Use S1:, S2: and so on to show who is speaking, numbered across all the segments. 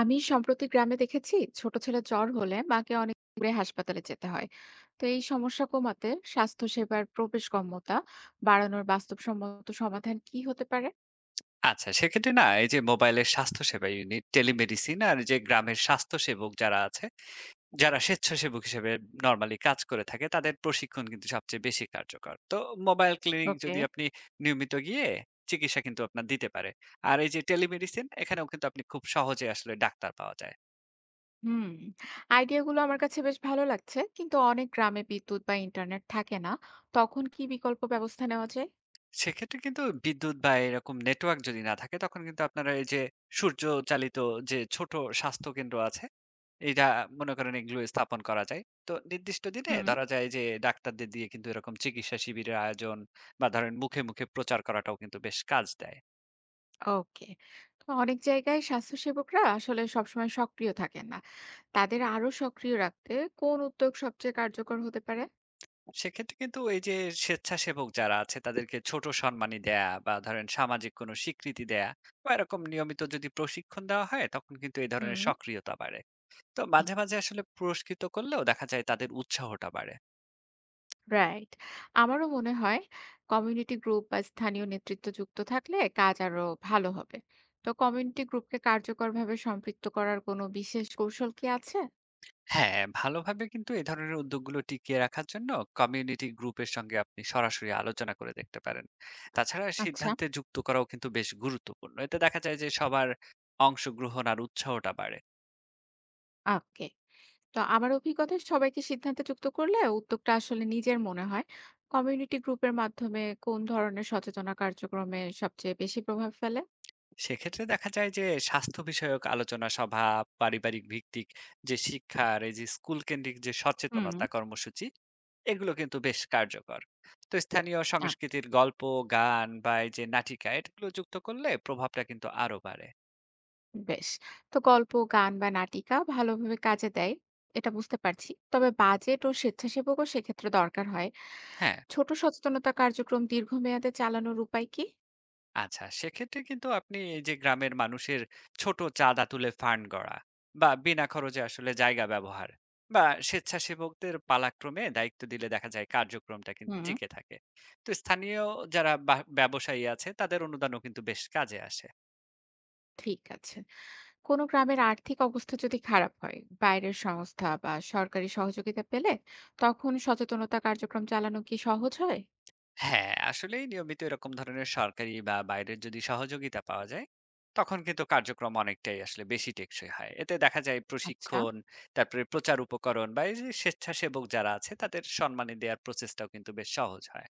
S1: আমি সম্প্রতি গ্রামে দেখেছি, ছোট ছেলে জ্বর হলে মাকে অনেক দূরে হাসপাতালে যেতে হয়। তো এই সমস্যা কমাতে স্বাস্থ্যসেবার প্রবেশগম্যতা বাড়ানোর বাস্তবসম্মত সমাধান কি হতে পারে?
S2: আচ্ছা, সেক্ষেত্রে না এই যে মোবাইলের স্বাস্থ্যসেবা ইউনিট, টেলিমেডিসিন আর যে গ্রামের স্বাস্থ্যসেবক যারা আছে, যারা স্বেচ্ছাসেবক হিসেবে নরমালি কাজ করে থাকে তাদের প্রশিক্ষণ কিন্তু সবচেয়ে বেশি কার্যকর। তো মোবাইল ক্লিনিক
S1: ওকে।
S2: যদি আপনি নিয়মিত গিয়ে চিকিৎসা কিন্তু আপনার দিতে পারে। আর এই যে টেলিমেডিসিন এখানেও কিন্তু আপনি খুব সহজে আসলে ডাক্তার পাওয়া যায়।
S1: হুম। আইডিয়াগুলো আমার কাছে বেশ ভালো লাগছে, কিন্তু অনেক গ্রামে বিদ্যুৎ বা ইন্টারনেট থাকে না। তখন কি বিকল্প ব্যবস্থা নেওয়া যায়?
S2: সেক্ষেত্রে কিন্তু বিদ্যুৎ বা এরকম নেটওয়ার্ক যদি না থাকে, তখন কিন্তু আপনারা এই যে সূর্য চালিত যে ছোট স্বাস্থ্য কেন্দ্র আছে, এইটা মনে করেন, এগুলো স্থাপন করা যায়। তো নির্দিষ্ট দিনে
S1: হুম।
S2: ধরা যায় যে ডাক্তারদের দিয়ে কিন্তু এরকম চিকিৎসা শিবিরের আয়োজন বা ধরেন মুখে, মুখে প্রচার করাটাও কিন্তু বেশ কাজ দেয়।
S1: ওকে। তো অনেক জায়গায় স্বাস্থ্যসেবকরা আসলে সবসময় সক্রিয় থাকেন না। তাদের আরো সক্রিয় রাখতে কোন উদ্যোগ সবচেয়ে কার্যকর হতে পারে?
S2: সেক্ষেত্রে কিন্তু এই যে স্বেচ্ছাসেবক যারা আছে তাদেরকে ছোট সম্মানী দেয়া বা ধরেন সামাজিক কোনো স্বীকৃতি দেয়া বা এরকম নিয়মিত যদি প্রশিক্ষণ দেওয়া হয়, তখন কিন্তু এই ধরনের
S1: হুম।
S2: সক্রিয়তা বাড়ে। তো মাঝে, মাঝে আসলে পুরস্কৃত করলেও দেখা যায় তাদের উৎসাহটা বাড়ে।
S1: রাইট। আমারও মনে হয় কমিউনিটি গ্রুপ বা স্থানীয় নেতৃত্ব যুক্ত থাকলে কাজ আরো ভালো হবে। তো কমিউনিটি গ্রুপকে কার্যকরভাবে সম্পৃক্ত করার কোনো বিশেষ কৌশল কি আছে?
S2: হ্যাঁ, ভালোভাবে কিন্তু এ ধরনের উদ্যোগগুলো টিকিয়ে রাখার জন্য কমিউনিটি গ্রুপের সঙ্গে আপনি সরাসরি আলোচনা করে দেখতে পারেন। তাছাড়া
S1: আচ্ছা।
S2: সিদ্ধান্তে যুক্ত করাও কিন্তু বেশ গুরুত্বপূর্ণ। এতে দেখা যায় যে সবার অংশগ্রহণ আর উৎসাহটা বাড়ে।
S1: ওকে। তো আমার অভিজ্ঞতায় সবাইকে সিদ্ধান্তে যুক্ত করলে উদ্যোগটা আসলে নিজের মনে হয়। কমিউনিটি গ্রুপের মাধ্যমে কোন ধরনের সচেতনা কার্যক্রমে সবচেয়ে বেশি প্রভাব ফেলে?
S2: সেক্ষেত্রে দেখা যায় যে স্বাস্থ্য বিষয়ক আলোচনা সভা, পারিবারিক ভিত্তিক যে শিক্ষা আর এই যে স্কুল কেন্দ্রিক যে
S1: হুম।
S2: সচেতনতা কর্মসূচি, এগুলো কিন্তু বেশ কার্যকর। তো স্থানীয়
S1: আচ্ছা।
S2: সংস্কৃতির গল্প, গান বা এই যে নাটিকা এগুলো যুক্ত করলে প্রভাবটা কিন্তু আরো বাড়ে।
S1: বেশ। তো গল্প, গান বা নাটিকা ভালোভাবে কাজে দেয়, এটা বুঝতে পারছি, তবে বাজেট ও স্বেচ্ছাসেবকও সেক্ষেত্রে দরকার হয়।
S2: হ্যাঁ,
S1: ছোট সচেতনতা কার্যক্রম দীর্ঘমেয়াদে চালানোর উপায় কি?
S2: আচ্ছা, সেক্ষেত্রে কিন্তু আপনি এই যে গ্রামের মানুষের ছোট চাঁদা তুলে ফান্ড গড়া বা বিনা খরচে আসলে জায়গা ব্যবহার বা স্বেচ্ছাসেবকদের পালাক্রমে দায়িত্ব দিলে দেখা যায় কার্যক্রমটা কিন্তু
S1: হুম।
S2: টিকে থাকে। তো স্থানীয় যারা ব্যবসায়ী আছে তাদের অনুদানও কিন্তু বেশ কাজে আসে।
S1: ঠিক আছে। কোনো গ্রামের আর্থিক অবস্থা যদি খারাপ হয়, বাইরের সংস্থা বা সরকারি সহযোগিতা পেলে তখন সচেতনতা কার্যক্রম চালানো কি সহজ হয়?
S2: হ্যাঁ, আসলেই নিয়মিত এরকম ধরনের সরকারি বা বাইরের যদি সহযোগিতা পাওয়া যায়, তখন কিন্তু কার্যক্রম অনেকটাই আসলে বেশি টেকসই হয়। এতে দেখা যায়
S1: আচ্ছা।
S2: প্রশিক্ষণ, তারপরে প্রচার উপকরণ বা এই যে স্বেচ্ছাসেবক যারা আছে তাদের সম্মানী দেওয়ার প্রচেষ্টাও কিন্তু বেশ সহজ হয়।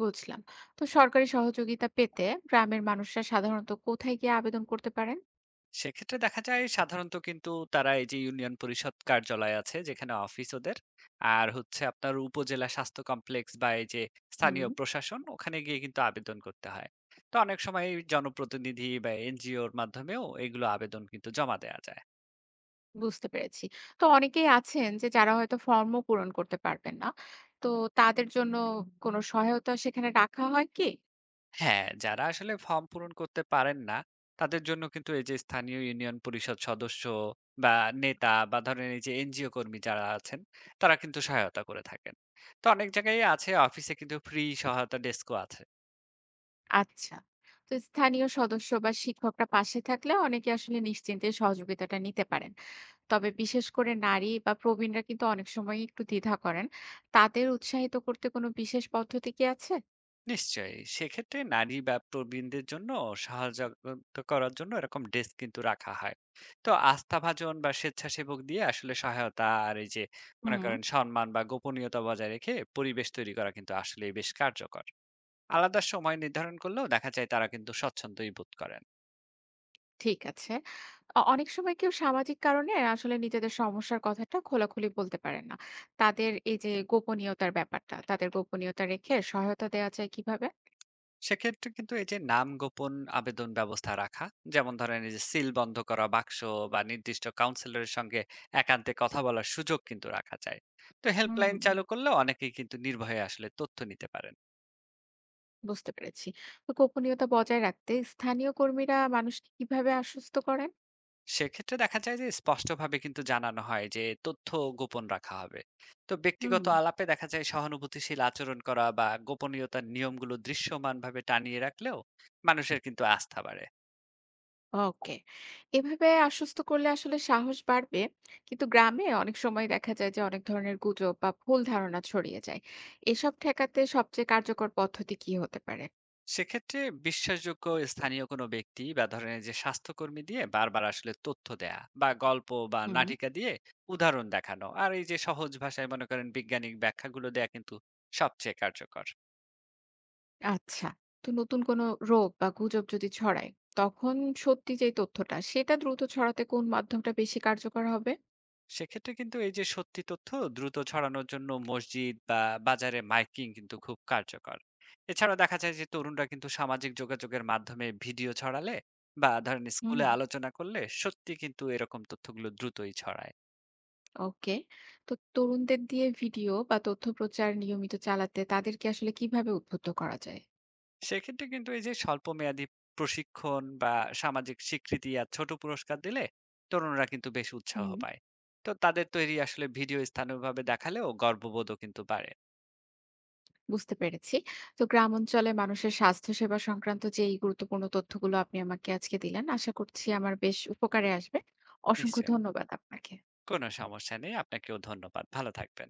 S1: বুঝলাম। তো সরকারি সহযোগিতা পেতে গ্রামের মানুষরা সাধারণত কোথায় গিয়ে আবেদন করতে পারেন?
S2: সেক্ষেত্রে দেখা যায় সাধারণত কিন্তু তারা এই যে ইউনিয়ন পরিষদ কার্যালয় আছে যেখানে অফিস ওদের, আর হচ্ছে আপনার উপজেলা স্বাস্থ্য কমপ্লেক্স বা এই যে
S1: হুম।
S2: স্থানীয় প্রশাসন, ওখানে গিয়ে কিন্তু আবেদন করতে হয়। তো অনেক সময় জনপ্রতিনিধি বা এনজিওর মাধ্যমেও এগুলো আবেদন কিন্তু জমা দেওয়া যায়।
S1: বুঝতে পেরেছি। তো অনেকেই আছেন যে যারা হয়তো ফর্মও পূরণ করতে পারবেন না। তো তাদের জন্য কোনো সহায়তা সেখানে রাখা হয় কি?
S2: হ্যাঁ, যারা আসলে ফর্ম পূরণ করতে পারেন না, তাদের জন্য কিন্তু এই যে স্থানীয় ইউনিয়ন পরিষদ সদস্য বা নেতা বা ধরেন এই যে এনজিও কর্মী যারা আছেন, তারা কিন্তু সহায়তা করে থাকেন। তো অনেক জায়গায় আছে অফিসে কিন্তু ফ্রি সহায়তা ডেস্কও আছে।
S1: আচ্ছা। তো স্থানীয় সদস্য বা শিক্ষকরা পাশে থাকলে অনেকে আসলে নিশ্চিন্তে সহযোগিতাটা নিতে পারেন। তবে বিশেষ করে নারী বা প্রবীণরা কিন্তু অনেক সময়ই একটু দ্বিধা করেন। তাদের উৎসাহিত করতে কোনো বিশেষ পদ্ধতি কি আছে?
S2: নিশ্চয়ই। সেক্ষেত্রে নারী বা প্রবীণদের জন্য সহযোগিতা করার জন্য এরকম ডেস্ক কিন্তু রাখা হয়। তো আস্থাভাজন বা স্বেচ্ছাসেবক দিয়ে আসলে সহায়তা আর এই যে মনে
S1: হুম।
S2: করেন সম্মান বা গোপনীয়তা বজায় রেখে পরিবেশ তৈরি করা কিন্তু আসলেই বেশ কার্যকর। আলাদা সময় নির্ধারণ করলেও দেখা যায় তারা কিন্তু স্বচ্ছন্দই বোধ করেন।
S1: ঠিক আছে। অনেক সময় কেউ সামাজিক কারণে আসলে নিজেদের সমস্যার কথাটা খোলাখুলি বলতে পারেন না। তাদের এই যে গোপনীয়তার ব্যাপারটা, তাদের গোপনীয়তা রেখে সহায়তা দেওয়া যায় কিভাবে?
S2: সেক্ষেত্রে কিন্তু এই যে নাম গোপন আবেদন ব্যবস্থা রাখা, যেমন ধরেন এই যে সিল বন্ধ করা বাক্স বা নির্দিষ্ট কাউন্সিলরের সঙ্গে একান্তে কথা বলার সুযোগ কিন্তু রাখা যায়। তো
S1: হুম।
S2: হেল্পলাইন চালু করলে অনেকেই কিন্তু নির্ভয়ে আসলে তথ্য নিতে পারেন।
S1: বুঝতে পেরেছি। তো গোপনীয়তা বজায় রাখতে স্থানীয় কর্মীরা মানুষকে কিভাবে আশ্বস্ত করেন?
S2: সেক্ষেত্রে দেখা যায় যে স্পষ্টভাবে কিন্তু জানানো হয় যে তথ্য গোপন রাখা হবে। তো
S1: হুম।
S2: ব্যক্তিগত আলাপে দেখা যায় সহানুভূতিশীল আচরণ করা বা গোপনীয়তার নিয়মগুলো দৃশ্যমানভাবে টানিয়ে রাখলেও মানুষের কিন্তু আস্থা বাড়ে।
S1: ওকে। এভাবে আশ্বস্ত করলে আসলে সাহস বাড়বে। কিন্তু গ্রামে অনেক সময় দেখা যায় যে অনেক ধরনের গুজব বা ভুল ধারণা ছড়িয়ে যায়। এসব ঠেকাতে সবচেয়ে কার্যকর পদ্ধতি কি হতে পারে?
S2: সেক্ষেত্রে বিশ্বাসযোগ্য স্থানীয় কোনো ব্যক্তি বা ধরেন এই যে স্বাস্থ্যকর্মী দিয়ে বারবার আসলে তথ্য দেয়া বা গল্প বা
S1: হুম।
S2: নাটিকা দিয়ে উদাহরণ দেখানো আর এই যে সহজ ভাষায় মনে করেন বৈজ্ঞানিক ব্যাখ্যাগুলো দেয়া কিন্তু সবচেয়ে কার্যকর।
S1: আচ্ছা। তো নতুন কোনো রোগ বা গুজব যদি ছড়ায়, তখন সত্যি যেই তথ্যটা সেটা দ্রুত ছড়াতে কোন মাধ্যমটা বেশি কার্যকর হবে?
S2: সেক্ষেত্রে কিন্তু এই যে সত্যি তথ্য দ্রুত ছড়ানোর জন্য মসজিদ বা বাজারে মাইকিং কিন্তু খুব কার্যকর। এছাড়া দেখা যায় যে তরুণরা কিন্তু সামাজিক যোগাযোগের মাধ্যমে ভিডিও ছড়ালে বা ধরেন স্কুলে
S1: হুম।
S2: আলোচনা করলে সত্যি কিন্তু এরকম তথ্যগুলো দ্রুতই ছড়ায়।
S1: ওকে। তো তরুণদের দিয়ে ভিডিও বা তথ্য প্রচার নিয়মিত চালাতে তাদেরকে আসলে কিভাবে উদ্বুদ্ধ করা যায়?
S2: সেক্ষেত্রে কিন্তু এই যে স্বল্পমেয়াদী প্রশিক্ষণ বা সামাজিক স্বীকৃতি আর ছোট পুরস্কার দিলে তরুণরা কিন্তু বেশ উৎসাহ
S1: হুম,
S2: পায়। তো তাদের তৈরি আসলে ভিডিও স্থানীয়ভাবে দেখালেও গর্ববোধও কিন্তু বাড়ে।
S1: বুঝতে পেরেছি। তো গ্রাম অঞ্চলে মানুষের স্বাস্থ্যসেবা সংক্রান্ত যেই গুরুত্বপূর্ণ তথ্যগুলো আপনি আমাকে আজকে দিলেন, আশা করছি আমার বেশ উপকারে আসবে। অসংখ্য
S2: নিশ্চয়,
S1: ধন্যবাদ আপনাকে।
S2: কোনো সমস্যা নেই। আপনাকেও ধন্যবাদ। ভালো থাকবেন।